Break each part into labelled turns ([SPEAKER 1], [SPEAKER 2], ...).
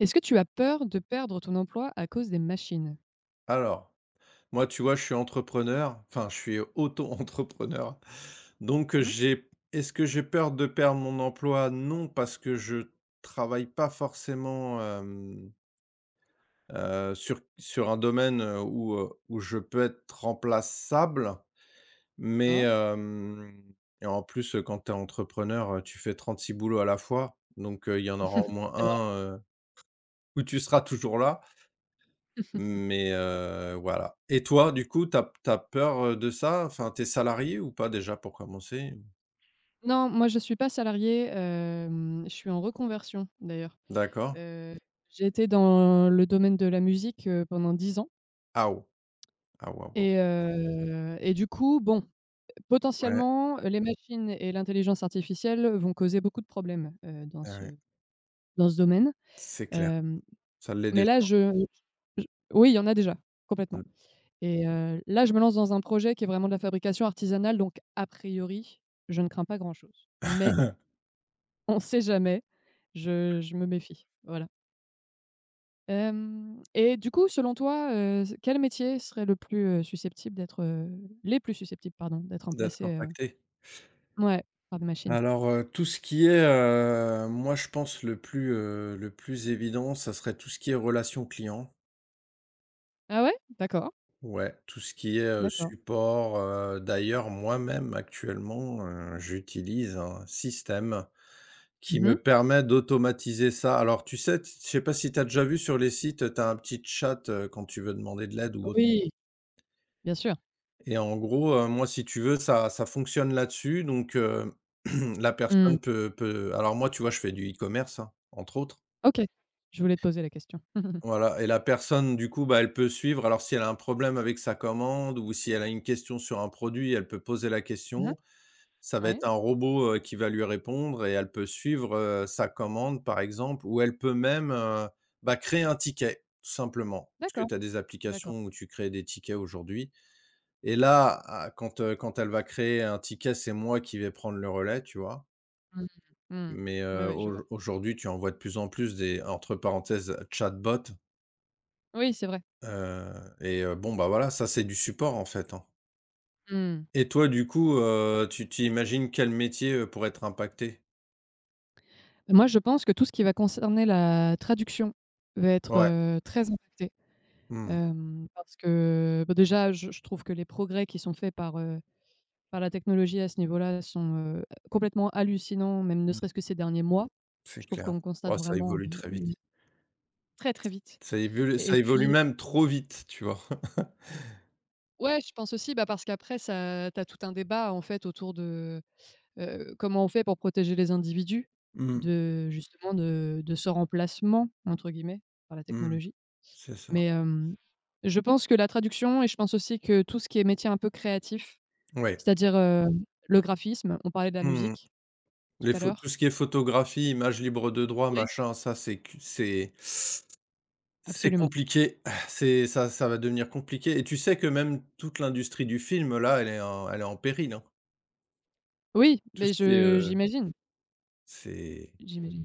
[SPEAKER 1] Est-ce que tu as peur de perdre ton emploi à cause des machines?
[SPEAKER 2] Alors, moi, tu vois, je suis entrepreneur, enfin, je suis auto-entrepreneur. Donc,
[SPEAKER 1] Mmh.
[SPEAKER 2] j'ai est-ce que j'ai peur de perdre mon emploi? Non, parce que je travaille pas forcément, sur un domaine, où je peux être remplaçable. Mais,
[SPEAKER 1] D'accord.
[SPEAKER 2] hem et en plus, quand tu es entrepreneur, tu fais 36 boulots à la fois. Donc, il y en aura au moins
[SPEAKER 1] C'est vrai.
[SPEAKER 2] un, où tu seras toujours là. Mais voilà. Et toi, du coup, t'as peur, de ça? Enfin, tes es salarié ou pas déjà pour commencer?
[SPEAKER 1] Non, moi je suis pas salariée, je suis en reconversion d'ailleurs.
[SPEAKER 2] D'accord.
[SPEAKER 1] Heu, j'ai été dans le domaine de la musique, pendant 10 ans
[SPEAKER 2] Ah oh! Ah waouh,
[SPEAKER 1] et du coup, bon,
[SPEAKER 2] ouais, ouais,
[SPEAKER 1] potentiellement, les machines et l'intelligence artificielle vont causer beaucoup de problèmes, dans
[SPEAKER 2] ouais, ouais,
[SPEAKER 1] ce
[SPEAKER 2] ouais.
[SPEAKER 1] domaine.
[SPEAKER 2] C'est clair.
[SPEAKER 1] Hem,
[SPEAKER 2] Ça l'est
[SPEAKER 1] mais
[SPEAKER 2] déjà,
[SPEAKER 1] là je oui, il y en a déjà, complètement.
[SPEAKER 2] mmh.
[SPEAKER 1] Et là, je me lance dans un projet qui est vraiment de la fabrication artisanale, donc a priori, je ne crains pas grand-chose. Mais on ne sait jamais, je me méfie, voilà. Hem et du coup, selon toi, quel métier serait le plus, susceptible d'être, les plus susceptibles, pardon, d'être
[SPEAKER 2] D'être
[SPEAKER 1] remplacés,
[SPEAKER 2] impacté.
[SPEAKER 1] ouais, par des machines?
[SPEAKER 2] Alors, tout ce qui est, moi je pense le plus évident, ça serait tout ce qui est relation client.
[SPEAKER 1] Ah ouais? D'accord,
[SPEAKER 2] Ouais, tout ce qui est,
[SPEAKER 1] d'accord.
[SPEAKER 2] support, d'ailleurs moi-même actuellement, j'utilise un système qui
[SPEAKER 1] Mmh.
[SPEAKER 2] me permet d'automatiser ça. Alors tu sais, t je sais pas si tu as déjà vu sur les sites, tu as un petit chat, quand tu veux demander de l'aide ou autre,
[SPEAKER 1] Oui, bien sûr.
[SPEAKER 2] et en gros, moi, si tu veux, ça fonctionne là-dessus, donc la
[SPEAKER 1] Mmh.
[SPEAKER 2] personne peut alors moi, tu vois, je fais du e-commerce, hein, entre autres.
[SPEAKER 1] OK, je voulais te poser la question.
[SPEAKER 2] Voilà. Et la personne, du coup, bah, elle peut suivre. Alors si elle a un problème avec sa commande ou si elle a une question sur un produit, elle peut poser la
[SPEAKER 1] Mmh.
[SPEAKER 2] question. Ça va
[SPEAKER 1] Ouais,
[SPEAKER 2] être un robot, qui va lui répondre, et elle peut suivre, sa commande par exemple, ou elle peut même, bah, créer un ticket, tout simplement. Parce que
[SPEAKER 1] d'accord,
[SPEAKER 2] tu as des
[SPEAKER 1] d'accord.
[SPEAKER 2] applications où tu crées des tickets aujourd'hui. Et là, quand elle va créer un ticket, c'est moi qui vais prendre le relais, tu vois?
[SPEAKER 1] Mmh. Mmh.
[SPEAKER 2] Mais,
[SPEAKER 1] Ouais, ouais, je vois.
[SPEAKER 2] aujourd'hui, tu en vois de plus en plus des entre parenthèses chatbots,
[SPEAKER 1] Oui, c'est vrai.
[SPEAKER 2] heu et bon, bah, voilà, ça c'est du support en fait, hein.
[SPEAKER 1] Mmh.
[SPEAKER 2] Et toi du coup, tu t'imagines quel métier, pourrait être impacté?
[SPEAKER 1] Moi, je pense que tout ce qui va concerner la traduction va être,
[SPEAKER 2] Ouais.
[SPEAKER 1] très impacté,
[SPEAKER 2] Mmh.
[SPEAKER 1] parce que, bah, déjà, je trouve que les progrès qui sont faits par la technologie à ce niveau-là sont, complètement hallucinants, même ne
[SPEAKER 2] Mmh.
[SPEAKER 1] serait-ce que ces derniers mois. Je
[SPEAKER 2] C'est
[SPEAKER 1] trouve
[SPEAKER 2] clair.
[SPEAKER 1] qu'on constate
[SPEAKER 2] Oh, ça
[SPEAKER 1] vraiment,
[SPEAKER 2] évolue très vite.
[SPEAKER 1] une très, très vite
[SPEAKER 2] Ça
[SPEAKER 1] et
[SPEAKER 2] évolue
[SPEAKER 1] puis,
[SPEAKER 2] même trop vite, tu vois?
[SPEAKER 1] ouais, je pense aussi, bah, parce qu'après ça tu as tout un débat, en fait, autour de, comment on fait pour protéger les individus
[SPEAKER 2] Mmh,
[SPEAKER 1] de justement de ce «remplacement» entre guillemets par la
[SPEAKER 2] mmh,
[SPEAKER 1] technologie.
[SPEAKER 2] c'est ça.
[SPEAKER 1] Mais je pense que la traduction et je pense aussi que tout ce qui est métier un peu créatif,
[SPEAKER 2] Ouais.
[SPEAKER 1] c'est-à-dire, le graphisme, on parlait de la
[SPEAKER 2] Mmh.
[SPEAKER 1] musique tout
[SPEAKER 2] Les
[SPEAKER 1] à
[SPEAKER 2] pho Tout
[SPEAKER 1] l'heure.
[SPEAKER 2] ce qui est photographie, images libres de droit,
[SPEAKER 1] Oui,
[SPEAKER 2] machin, ça, c'est
[SPEAKER 1] absolument.
[SPEAKER 2] compliqué. C'est ça, ça va devenir compliqué, et tu sais que même toute l'industrie du film, là, elle est en péril, hein.
[SPEAKER 1] Oui,
[SPEAKER 2] Tout
[SPEAKER 1] mais
[SPEAKER 2] ce qui est,
[SPEAKER 1] je j'imagine,
[SPEAKER 2] c'est
[SPEAKER 1] j'imagine.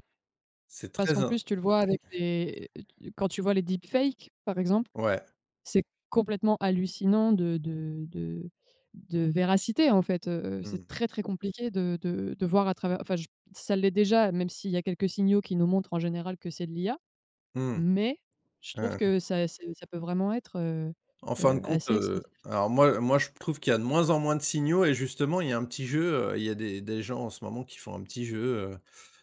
[SPEAKER 2] c'est
[SPEAKER 1] Parce
[SPEAKER 2] très
[SPEAKER 1] qu'en
[SPEAKER 2] in
[SPEAKER 1] plus, tu le vois avec les quand tu vois les deepfakes, par exemple,
[SPEAKER 2] ouais.
[SPEAKER 1] c'est complètement hallucinant de véracité, en fait, c'est
[SPEAKER 2] Mmh.
[SPEAKER 1] très, très compliqué de voir à travers enfin, j ça l'est déjà, même s'il y a quelques signaux qui nous montrent en général que c'est de l'IA.
[SPEAKER 2] Mmh.
[SPEAKER 1] Mais je trouve
[SPEAKER 2] Ouais.
[SPEAKER 1] que ça peut vraiment être,
[SPEAKER 2] En fin de compte,
[SPEAKER 1] assez extraordinaire.
[SPEAKER 2] alors moi je trouve qu'il y a de moins en moins de signaux, et justement il y a un petit jeu, il y a des gens en ce moment qui font un petit jeu, heu,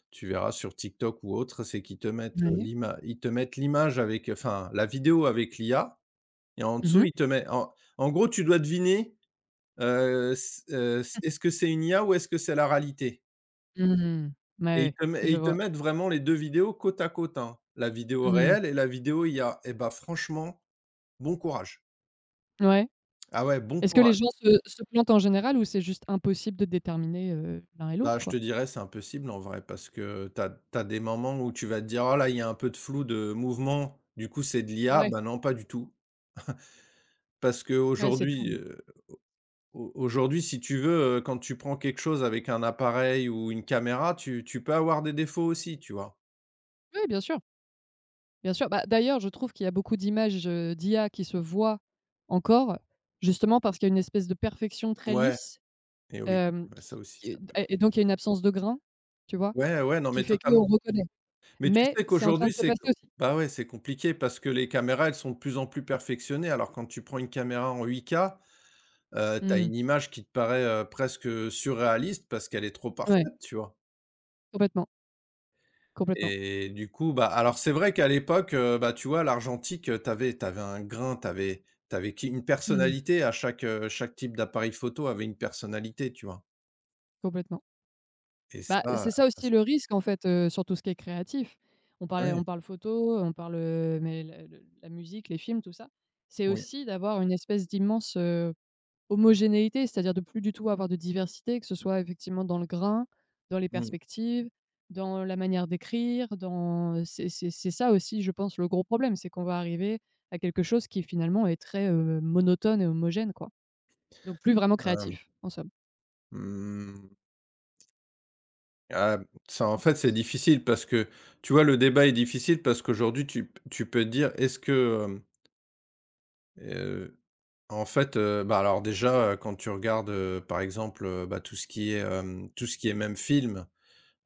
[SPEAKER 2] tu verras sur TikTok ou autre, c'est qu'ils te mettent,
[SPEAKER 1] Ouais.
[SPEAKER 2] l'ima ils te mettent l'image avec, enfin, la vidéo avec l'IA, et en
[SPEAKER 1] Mmh
[SPEAKER 2] dessous
[SPEAKER 1] mh.
[SPEAKER 2] ils te mettent, en gros, tu dois deviner, s s est-ce que c'est une IA ou est-ce que c'est la réalité?
[SPEAKER 1] Mmh. Ouais, ouais,
[SPEAKER 2] Et
[SPEAKER 1] je
[SPEAKER 2] ils te
[SPEAKER 1] vois.
[SPEAKER 2] mettent vraiment les 2 vidéos côte à côte, hein, la vidéo
[SPEAKER 1] Mmh.
[SPEAKER 2] réelle et la vidéo IA, et bah franchement, bon courage.
[SPEAKER 1] Ouais.
[SPEAKER 2] Ah ouais, bon
[SPEAKER 1] Est-ce que les
[SPEAKER 2] courage.
[SPEAKER 1] gens se plantent en général ou c'est juste impossible de déterminer, l'un et
[SPEAKER 2] Bah,
[SPEAKER 1] l'autre,
[SPEAKER 2] je te
[SPEAKER 1] quoi?
[SPEAKER 2] dirais, c'est impossible en vrai, parce que t'as des moments où tu vas te dire: «Oh là, il y a un peu de flou de mouvement, du coup, c'est de l'IA».
[SPEAKER 1] Ouais,
[SPEAKER 2] Bah, non, pas du tout. Parce
[SPEAKER 1] ouais, c'est
[SPEAKER 2] qu'aujourd'hui,
[SPEAKER 1] dingue.
[SPEAKER 2] au aujourd'hui, si tu veux, quand tu prends quelque chose avec un appareil ou une caméra, tu peux avoir des défauts aussi, tu vois?
[SPEAKER 1] Oui, bien sûr, bien sûr. Bah, d'ailleurs, je trouve qu'il y a beaucoup d'images, d'IA qui se voient encore, justement parce qu'il y a une espèce de perfection très
[SPEAKER 2] Ouais,
[SPEAKER 1] lisse,
[SPEAKER 2] et oui,
[SPEAKER 1] hem,
[SPEAKER 2] ouais, ça aussi,
[SPEAKER 1] qui
[SPEAKER 2] ça peut.
[SPEAKER 1] et donc il y a une absence de grain, tu vois?
[SPEAKER 2] Ouais, ouais, non,
[SPEAKER 1] Qui
[SPEAKER 2] mais
[SPEAKER 1] fait
[SPEAKER 2] totalement.
[SPEAKER 1] qu'on reconnaît.
[SPEAKER 2] Mais tu
[SPEAKER 1] Mais
[SPEAKER 2] sais
[SPEAKER 1] c'est en train
[SPEAKER 2] qu'aujourd'hui,
[SPEAKER 1] de
[SPEAKER 2] c'est
[SPEAKER 1] s'effacer
[SPEAKER 2] co
[SPEAKER 1] aussi.
[SPEAKER 2] bah, ouais, c'est compliqué, parce que les caméras, elles sont de plus en plus perfectionnées. Alors quand tu prends une caméra en 8K, tu
[SPEAKER 1] Mmh.
[SPEAKER 2] une image qui te paraît, presque surréaliste, parce qu'elle est trop
[SPEAKER 1] Ouais,
[SPEAKER 2] parfaite, tu vois?
[SPEAKER 1] complètement, complètement.
[SPEAKER 2] Et du coup, bah, alors c'est vrai qu'à l'époque, bah, tu vois l'argentique, t'avais avais un grain, t'avais, t'avais qui une
[SPEAKER 1] Mmh.
[SPEAKER 2] personnalité à chaque type d'appareil photo avait une personnalité, tu vois?
[SPEAKER 1] Complètement.
[SPEAKER 2] Et
[SPEAKER 1] Bah,
[SPEAKER 2] ça,
[SPEAKER 1] c'est ça
[SPEAKER 2] ça
[SPEAKER 1] aussi
[SPEAKER 2] se
[SPEAKER 1] le risque en fait, sur tout ce qui est créatif. On parlait
[SPEAKER 2] oui,
[SPEAKER 1] on parle photo, on parle, mais la musique, les films, tout ça. C'est
[SPEAKER 2] oui.
[SPEAKER 1] aussi d'avoir une espèce d'immense, homogénéité, c'est-à-dire de plus du tout avoir de diversité, que ce soit effectivement dans le grain, dans les
[SPEAKER 2] Mmh.
[SPEAKER 1] perspectives, dans la manière d'écrire, c'est ça aussi je pense le gros problème, c'est qu'on va arriver à quelque chose qui finalement est très, monotone et homogène quoi. Donc plus vraiment
[SPEAKER 2] hem,
[SPEAKER 1] créatif, en somme.
[SPEAKER 2] mmh, ah, ça en fait, c'est difficile, parce que, tu vois, le débat est difficile parce qu'aujourd'hui tu peux dire: «Est-ce que, En fait, bah, alors déjà, quand tu regardes, par exemple, bah, tout ce qui est, tout ce qui est, même film,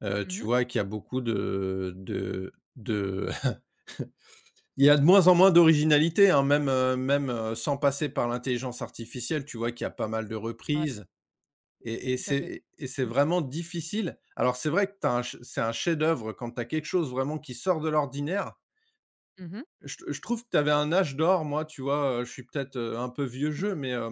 [SPEAKER 1] Mmh
[SPEAKER 2] tu
[SPEAKER 1] mh.
[SPEAKER 2] vois qu'il y a beaucoup de il y a de moins en moins d'originalité, hein, même, sans passer par l'intelligence artificielle, tu vois qu'il y a pas mal de
[SPEAKER 1] Ouais,
[SPEAKER 2] reprises.
[SPEAKER 1] tout à fait.
[SPEAKER 2] Et c'est
[SPEAKER 1] Mmh
[SPEAKER 2] vraiment difficile. Alors c'est vrai que tu un ch c'est un chef-d'œuvre quand tu as quelque chose vraiment qui sort de l'ordinaire.
[SPEAKER 1] mh.
[SPEAKER 2] Je trouve que tu avais un âge d'or, moi, tu vois? Je suis peut-être, un peu vieux jeu, mais, euh,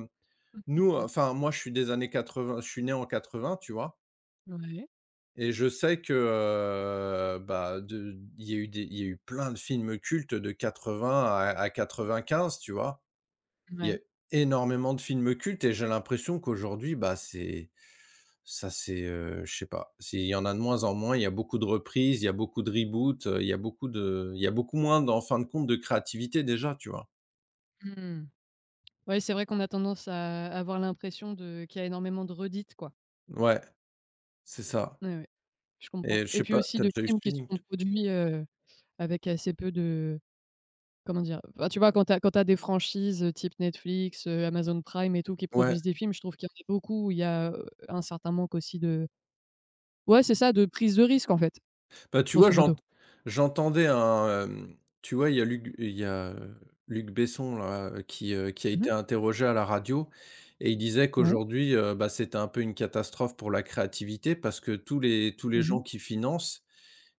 [SPEAKER 2] nous,
[SPEAKER 1] Mmh.
[SPEAKER 2] enfin, moi, je suis des années 80, je suis né en 80, tu vois?
[SPEAKER 1] Ouais,
[SPEAKER 2] Et je sais que, bah, de il y a eu des il y a eu plein de films cultes de 80 à 95, tu vois? Il y a
[SPEAKER 1] ouais.
[SPEAKER 2] énormément de films cultes, et j'ai l'impression qu'aujourd'hui, bah, c'est ça c'est, je sais pas, c'est il y en a de moins en moins, il y a beaucoup de reprises, il y a beaucoup de reboots, il y a beaucoup moins, en fin de compte, de créativité déjà, tu vois?
[SPEAKER 1] Mmh. Ouais, c'est vrai qu'on a tendance à avoir l'impression de qu'il y a énormément de redites, quoi.
[SPEAKER 2] Ouais, c'est ça.
[SPEAKER 1] Ouais, ouais, je comprends
[SPEAKER 2] Et je
[SPEAKER 1] et
[SPEAKER 2] sais
[SPEAKER 1] puis
[SPEAKER 2] pas,
[SPEAKER 1] aussi
[SPEAKER 2] t'as
[SPEAKER 1] de
[SPEAKER 2] déjà eu ce
[SPEAKER 1] films qui
[SPEAKER 2] feeling?
[SPEAKER 1] sont produits, avec assez peu de comment dire? Bah, tu vois, quand tu as des franchises, type Netflix, Amazon Prime et tout qui
[SPEAKER 2] Ouais.
[SPEAKER 1] produisent des films, je trouve qu'il y en a beaucoup où il y a, un certain manque aussi de ouais, c'est ça, de prise de risque, en fait,
[SPEAKER 2] Bah, tu vois,
[SPEAKER 1] grosso modo.
[SPEAKER 2] j'entendais un, tu vois, il y a, Luc Besson là, qui a
[SPEAKER 1] Mmh
[SPEAKER 2] été
[SPEAKER 1] mh.
[SPEAKER 2] interrogé à la radio, et il disait
[SPEAKER 1] Ouais.
[SPEAKER 2] qu'aujourd'hui, bah, c'était un peu une catastrophe pour la créativité, parce que tous les
[SPEAKER 1] Mmh
[SPEAKER 2] gens
[SPEAKER 1] mh.
[SPEAKER 2] qui financent,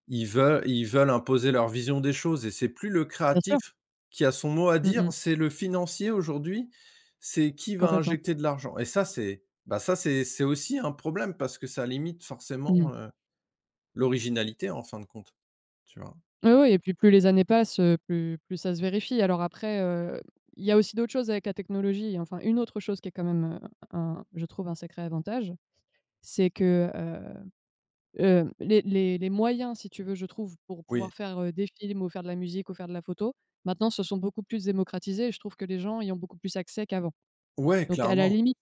[SPEAKER 2] ils veulent imposer leur vision des choses, et c'est plus le
[SPEAKER 1] Bien sûr.
[SPEAKER 2] créatif qui a son mot à
[SPEAKER 1] Mmh
[SPEAKER 2] dire,
[SPEAKER 1] mh.
[SPEAKER 2] c'est le financier aujourd'hui, c'est qui va
[SPEAKER 1] Complètement.
[SPEAKER 2] injecter de l'argent, et ça c'est, bah, ça c'est aussi un problème parce que ça limite forcément,
[SPEAKER 1] Mmh.
[SPEAKER 2] l'originalité en fin de compte. Tu vois?
[SPEAKER 1] Oui, oui et puis plus les années passent, plus ça se vérifie. Alors après, il y a aussi d'autres choses avec la technologie, enfin une autre chose qui est quand même, un je trouve un sacré avantage, c'est que, les moyens, si tu veux, je trouve, pour
[SPEAKER 2] Oui.
[SPEAKER 1] pouvoir faire, des films ou faire de la musique ou faire de la photo, maintenant se sont beaucoup plus démocratisés et je trouve que les gens y ont beaucoup plus accès qu'avant.
[SPEAKER 2] Ouais,
[SPEAKER 1] Donc à la
[SPEAKER 2] clairement.
[SPEAKER 1] limite,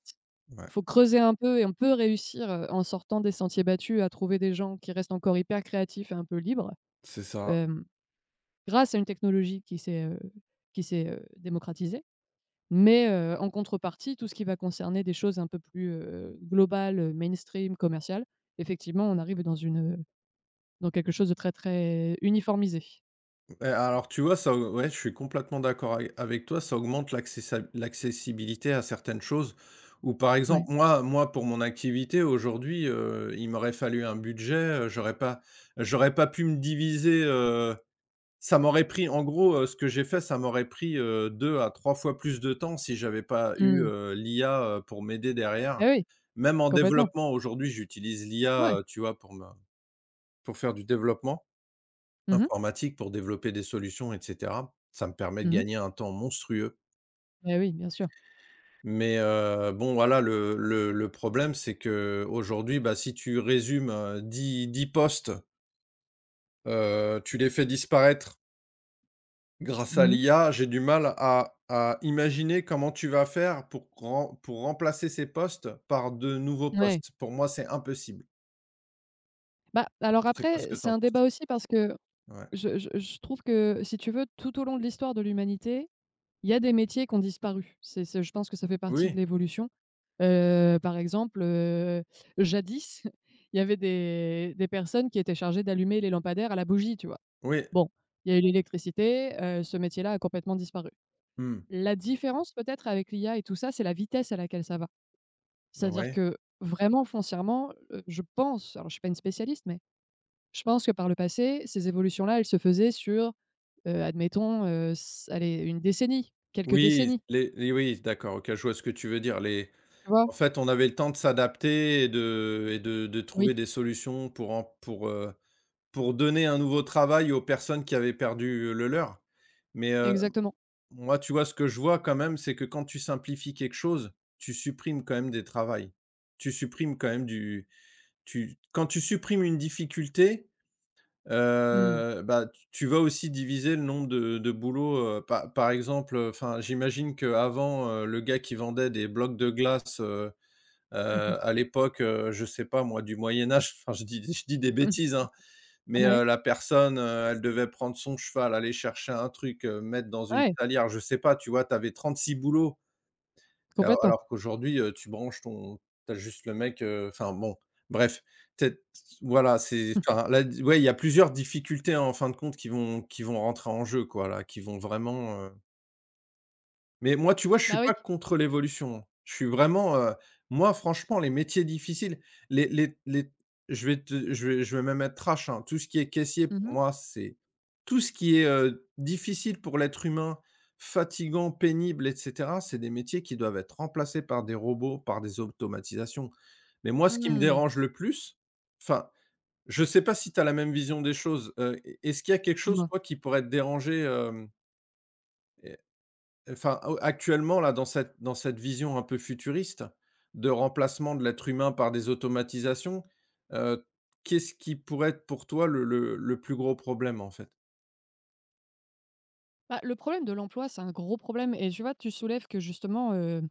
[SPEAKER 2] Ouais,
[SPEAKER 1] faut creuser un peu et on peut réussir, en sortant des sentiers battus à trouver des gens qui restent encore hyper créatifs et un peu libres,
[SPEAKER 2] c'est ça.
[SPEAKER 1] grâce à une technologie qui s'est, démocratisée. Mais, en contrepartie, tout ce qui va concerner des choses un peu plus, globales, mainstream, commerciales, effectivement, on arrive dans une, dans quelque chose de très, très uniformisé.
[SPEAKER 2] Et alors tu vois, ça ouais, je suis complètement d'accord avec toi, ça augmente l'accessibilité à certaines choses, ou par
[SPEAKER 1] Ouais.
[SPEAKER 2] exemple, moi pour mon activité aujourd'hui, il m'aurait fallu un budget, heu, j'aurais pas j'aurais pas pu me diviser, ça m'aurait pris en gros, ce que j'ai fait, ça m'aurait pris, 2 à 3 fois plus de temps si j'avais pas eu,
[SPEAKER 1] Mmh.
[SPEAKER 2] l'IA, pour m'aider derrière.
[SPEAKER 1] Bah, oui,
[SPEAKER 2] Même en
[SPEAKER 1] complètement.
[SPEAKER 2] développement, aujourd'hui, j'utilise
[SPEAKER 1] Ouais.
[SPEAKER 2] l'IA, tu vois, pour faire du développement.
[SPEAKER 1] Mmh mh.
[SPEAKER 2] Informatique, pour développer des solutions, et cetera. Ça me permet de
[SPEAKER 1] Mmh mh.
[SPEAKER 2] gagner un temps monstrueux.
[SPEAKER 1] Bah, oui, bien sûr.
[SPEAKER 2] Mais, bon voilà, le problème c'est que aujourd'hui, bah, si tu résumes, dix 10 postes, tu les fais disparaître grâce à
[SPEAKER 1] Mmh mh.
[SPEAKER 2] l'IA, j'ai du mal à imaginer comment tu vas faire pour ren pour remplacer ces postes par de nouveaux
[SPEAKER 1] Ouais.
[SPEAKER 2] postes. Pour moi, c'est impossible.
[SPEAKER 1] Bah, alors
[SPEAKER 2] Je sais pas ce
[SPEAKER 1] après,
[SPEAKER 2] que tu
[SPEAKER 1] c'est
[SPEAKER 2] en
[SPEAKER 1] un
[SPEAKER 2] penses?
[SPEAKER 1] débat aussi parce que
[SPEAKER 2] Ouais.
[SPEAKER 1] je trouve que, si tu veux, tout au long de l'histoire de l'humanité, il y a des métiers qui ont disparu. C'est je pense que ça fait partie
[SPEAKER 2] Oui,
[SPEAKER 1] de l'évolution. Par exemple, jadis, il y avait des personnes qui étaient chargées d'allumer les lampadaires à la bougie, tu vois?
[SPEAKER 2] oui.
[SPEAKER 1] Bon, il y a eu l'électricité, ce métier-là a complètement disparu.
[SPEAKER 2] Mmh.
[SPEAKER 1] La différence peut-être avec l'IA et tout ça, c'est la vitesse à laquelle ça va. C'est-à-dire
[SPEAKER 2] Ouais.
[SPEAKER 1] que vraiment foncièrement, je pense, alors je suis pas une spécialiste, mais je pense que par le passé, ces évolutions-là, elles se faisaient sur, admettons, s allez, une décennie, quelques
[SPEAKER 2] Oui,
[SPEAKER 1] décennies,
[SPEAKER 2] les oui, d'accord, OK, je vois ce que tu veux dire. Les.
[SPEAKER 1] tu vois?
[SPEAKER 2] En fait, on avait le temps de s'adapter et de
[SPEAKER 1] Oui.
[SPEAKER 2] trouver des solutions pour donner un nouveau travail aux personnes qui avaient perdu le leur. Mais,
[SPEAKER 1] Exactement.
[SPEAKER 2] moi, tu vois, ce que je vois quand même, c'est que quand tu simplifies quelque chose, tu supprimes quand même des travails. Tu supprimes quand même du tu Quand tu supprimes une difficulté,
[SPEAKER 1] Mmh.
[SPEAKER 2] bah, tu vas aussi diviser le nombre de boulots, par exemple, enfin, j'imagine qu'avant, le gars qui vendait des blocs de glace, Heu, à l'époque, je sais pas moi, du Moyen Âge, enfin je dis des bêtises, hein, mais
[SPEAKER 1] Ouais,
[SPEAKER 2] la personne, elle devait prendre son cheval, aller chercher un truc, mettre dans une
[SPEAKER 1] ouais,
[SPEAKER 2] salière, je sais pas, tu vois? Tu avais 36 boulots,
[SPEAKER 1] complètement.
[SPEAKER 2] alors qu'aujourd'hui, tu branches ton — t'as juste le mec, enfin bon, bref. Peut-être voilà, c'est enfin là, ouais, il y a plusieurs difficultés, hein, en fin de compte, qui vont rentrer en jeu, quoi, là, qui vont vraiment, mais moi, tu vois, je suis
[SPEAKER 1] Bah oui.
[SPEAKER 2] pas contre l'évolution. Je suis vraiment, moi, franchement, les métiers difficiles, les je vais te je vais même être trash, hein. Tout ce qui est caissier,
[SPEAKER 1] Mmh
[SPEAKER 2] pour
[SPEAKER 1] mh.
[SPEAKER 2] moi, c'est tout ce qui est, difficile pour l'être humain, fatigant, pénible, et cetera, c'est des métiers qui doivent être remplacés par des robots, par des automatisations. Mais moi, ce qui me
[SPEAKER 1] Mmh.
[SPEAKER 2] dérange le plus, enfin, je sais pas si tu as la même vision des choses. Est ce qu'il y a quelque chose,
[SPEAKER 1] Dis-moi.
[SPEAKER 2] toi, qui pourrait te déranger, hem? Enfin, au actuellement, là, dans cette vision un peu futuriste de remplacement de l'être humain par des automatisations, heu, qu'est-ce qui pourrait être pour toi le plus gros problème, en fait?
[SPEAKER 1] Bah, le problème de l'emploi, c'est un gros problème et tu vois, tu soulèves que justement,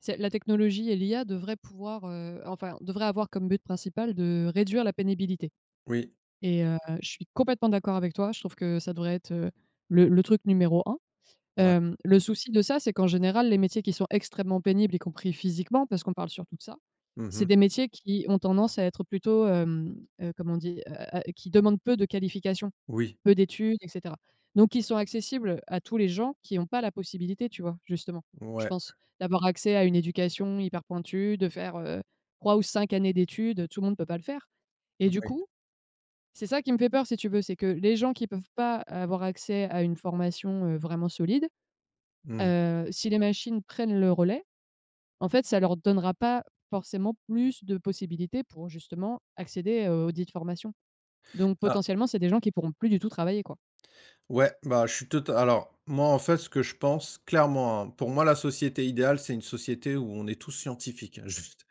[SPEAKER 1] c'est la technologie et l'IA devraient pouvoir, enfin, devraient avoir comme but principal de réduire la pénibilité
[SPEAKER 2] Oui,
[SPEAKER 1] et je suis complètement d'accord avec toi. Je trouve que ça devrait être, le truc numéro 1.
[SPEAKER 2] ouais.
[SPEAKER 1] Le souci de ça, c'est qu'en général, les métiers qui sont extrêmement pénibles, y compris physiquement, parce qu'on parle surtout de ça, c'est
[SPEAKER 2] Mmh.
[SPEAKER 1] des métiers qui ont tendance à être plutôt, comment on dit? Qui demandent peu de qualifications,
[SPEAKER 2] Oui,
[SPEAKER 1] peu d'études et cetera. Donc qui sont accessibles à tous les gens qui n'ont pas la possibilité, tu vois? Justement, je
[SPEAKER 2] ouais,
[SPEAKER 1] pense, d'avoir accès à une éducation hyper pointue, de faire, 3 ou 5 années d'études, tout le monde ne peut pas le faire et du coup,
[SPEAKER 2] oui.
[SPEAKER 1] c'est ça qui me fait peur si tu veux, c'est que les gens qui peuvent pas avoir accès à une formation, vraiment solide,
[SPEAKER 2] Mmh.
[SPEAKER 1] Si les machines prennent le relais, en fait, ça leur donnera pas forcément plus de possibilités pour justement accéder, aux dites formations. Donc
[SPEAKER 2] Ah,
[SPEAKER 1] potentiellement, c'est des gens qui pourront plus du tout travailler, quoi.
[SPEAKER 2] ouais, bah, je suis tout. Alors, moi, en fait, ce que je pense clairement, hein, pour moi, la société idéale, c'est une société où on est tous scientifiques, hein, juste.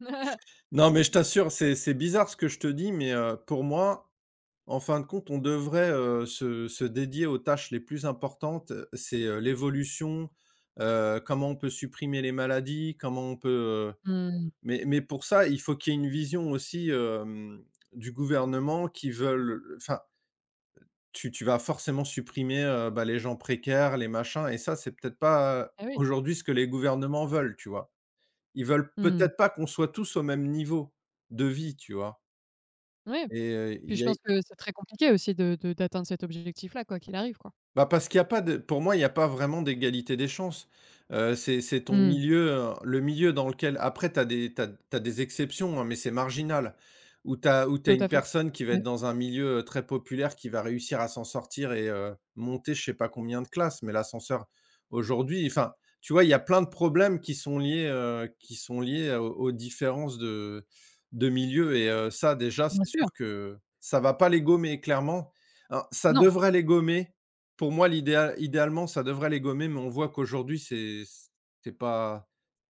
[SPEAKER 2] Non, mais je t'assure, c'est bizarre ce que je te dis, mais pour moi, en fin de compte, on devrait, se dédier aux tâches les plus importantes, c'est, l'évolution, comment on peut supprimer les maladies, comment on peut, heu
[SPEAKER 1] Mmh.
[SPEAKER 2] mais pour ça, il faut qu'il y ait une vision aussi, du gouvernement qui veulent, enfin, tu vas forcément supprimer, bah, les gens précaires, les machins, et ça, c'est peut-être pas,
[SPEAKER 1] Eh oui.
[SPEAKER 2] aujourd'hui ce que les gouvernements veulent, tu vois? Ils veulent
[SPEAKER 1] Mmh.
[SPEAKER 2] peut-être pas qu'on soit tous au même niveau de vie, tu vois?
[SPEAKER 1] Ouais,
[SPEAKER 2] Et il
[SPEAKER 1] puis je
[SPEAKER 2] y a —
[SPEAKER 1] pense que c'est très compliqué aussi de d'atteindre cet objectif-là, quoi qu'il arrive, quoi.
[SPEAKER 2] bah, parce qu'il y a pas de pour moi, il y a pas vraiment d'égalité des chances. C'est ton
[SPEAKER 1] Mmh.
[SPEAKER 2] milieu, le milieu dans lequel après tu as des t'as t'as des exceptions, hein, mais c'est marginal. Où tu as où t'as
[SPEAKER 1] Tout
[SPEAKER 2] une
[SPEAKER 1] à fait.
[SPEAKER 2] personne qui va
[SPEAKER 1] Ouais,
[SPEAKER 2] être dans un milieu, très populaire, qui va réussir à s'en sortir et monter je sais pas combien de classes, mais l'ascenseur aujourd'hui, enfin, tu vois, il y a plein de problèmes qui sont liés, aux différences de milieu, et ça déjà, c'est
[SPEAKER 1] bien
[SPEAKER 2] sûr
[SPEAKER 1] sûr.
[SPEAKER 2] que ça va pas les gommer clairement. Alors ça
[SPEAKER 1] Non.
[SPEAKER 2] devrait les gommer, pour moi. L'idéal Idéalement, ça devrait les gommer, mais on voit qu'aujourd'hui, c'est pas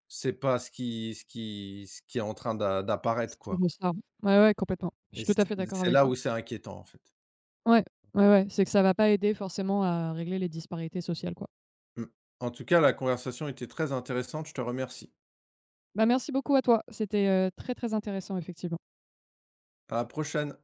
[SPEAKER 2] c'est pas ce qui ce qui est en train d'apparaître,
[SPEAKER 1] Ce qui
[SPEAKER 2] quoi,
[SPEAKER 1] ressort. Ouais, ouais, complètement. Je
[SPEAKER 2] et
[SPEAKER 1] suis tout à fait d'accord
[SPEAKER 2] c'est
[SPEAKER 1] avec
[SPEAKER 2] là
[SPEAKER 1] toi.
[SPEAKER 2] où c'est inquiétant, en fait.
[SPEAKER 1] Ouais, ouais, ouais, c'est que ça va pas aider forcément à régler les disparités sociales, quoi.
[SPEAKER 2] Mmh. En tout cas, la conversation était très intéressante, je te remercie.
[SPEAKER 1] Bah, merci beaucoup à toi. C'était, très, très intéressant effectivement.
[SPEAKER 2] À la prochaine.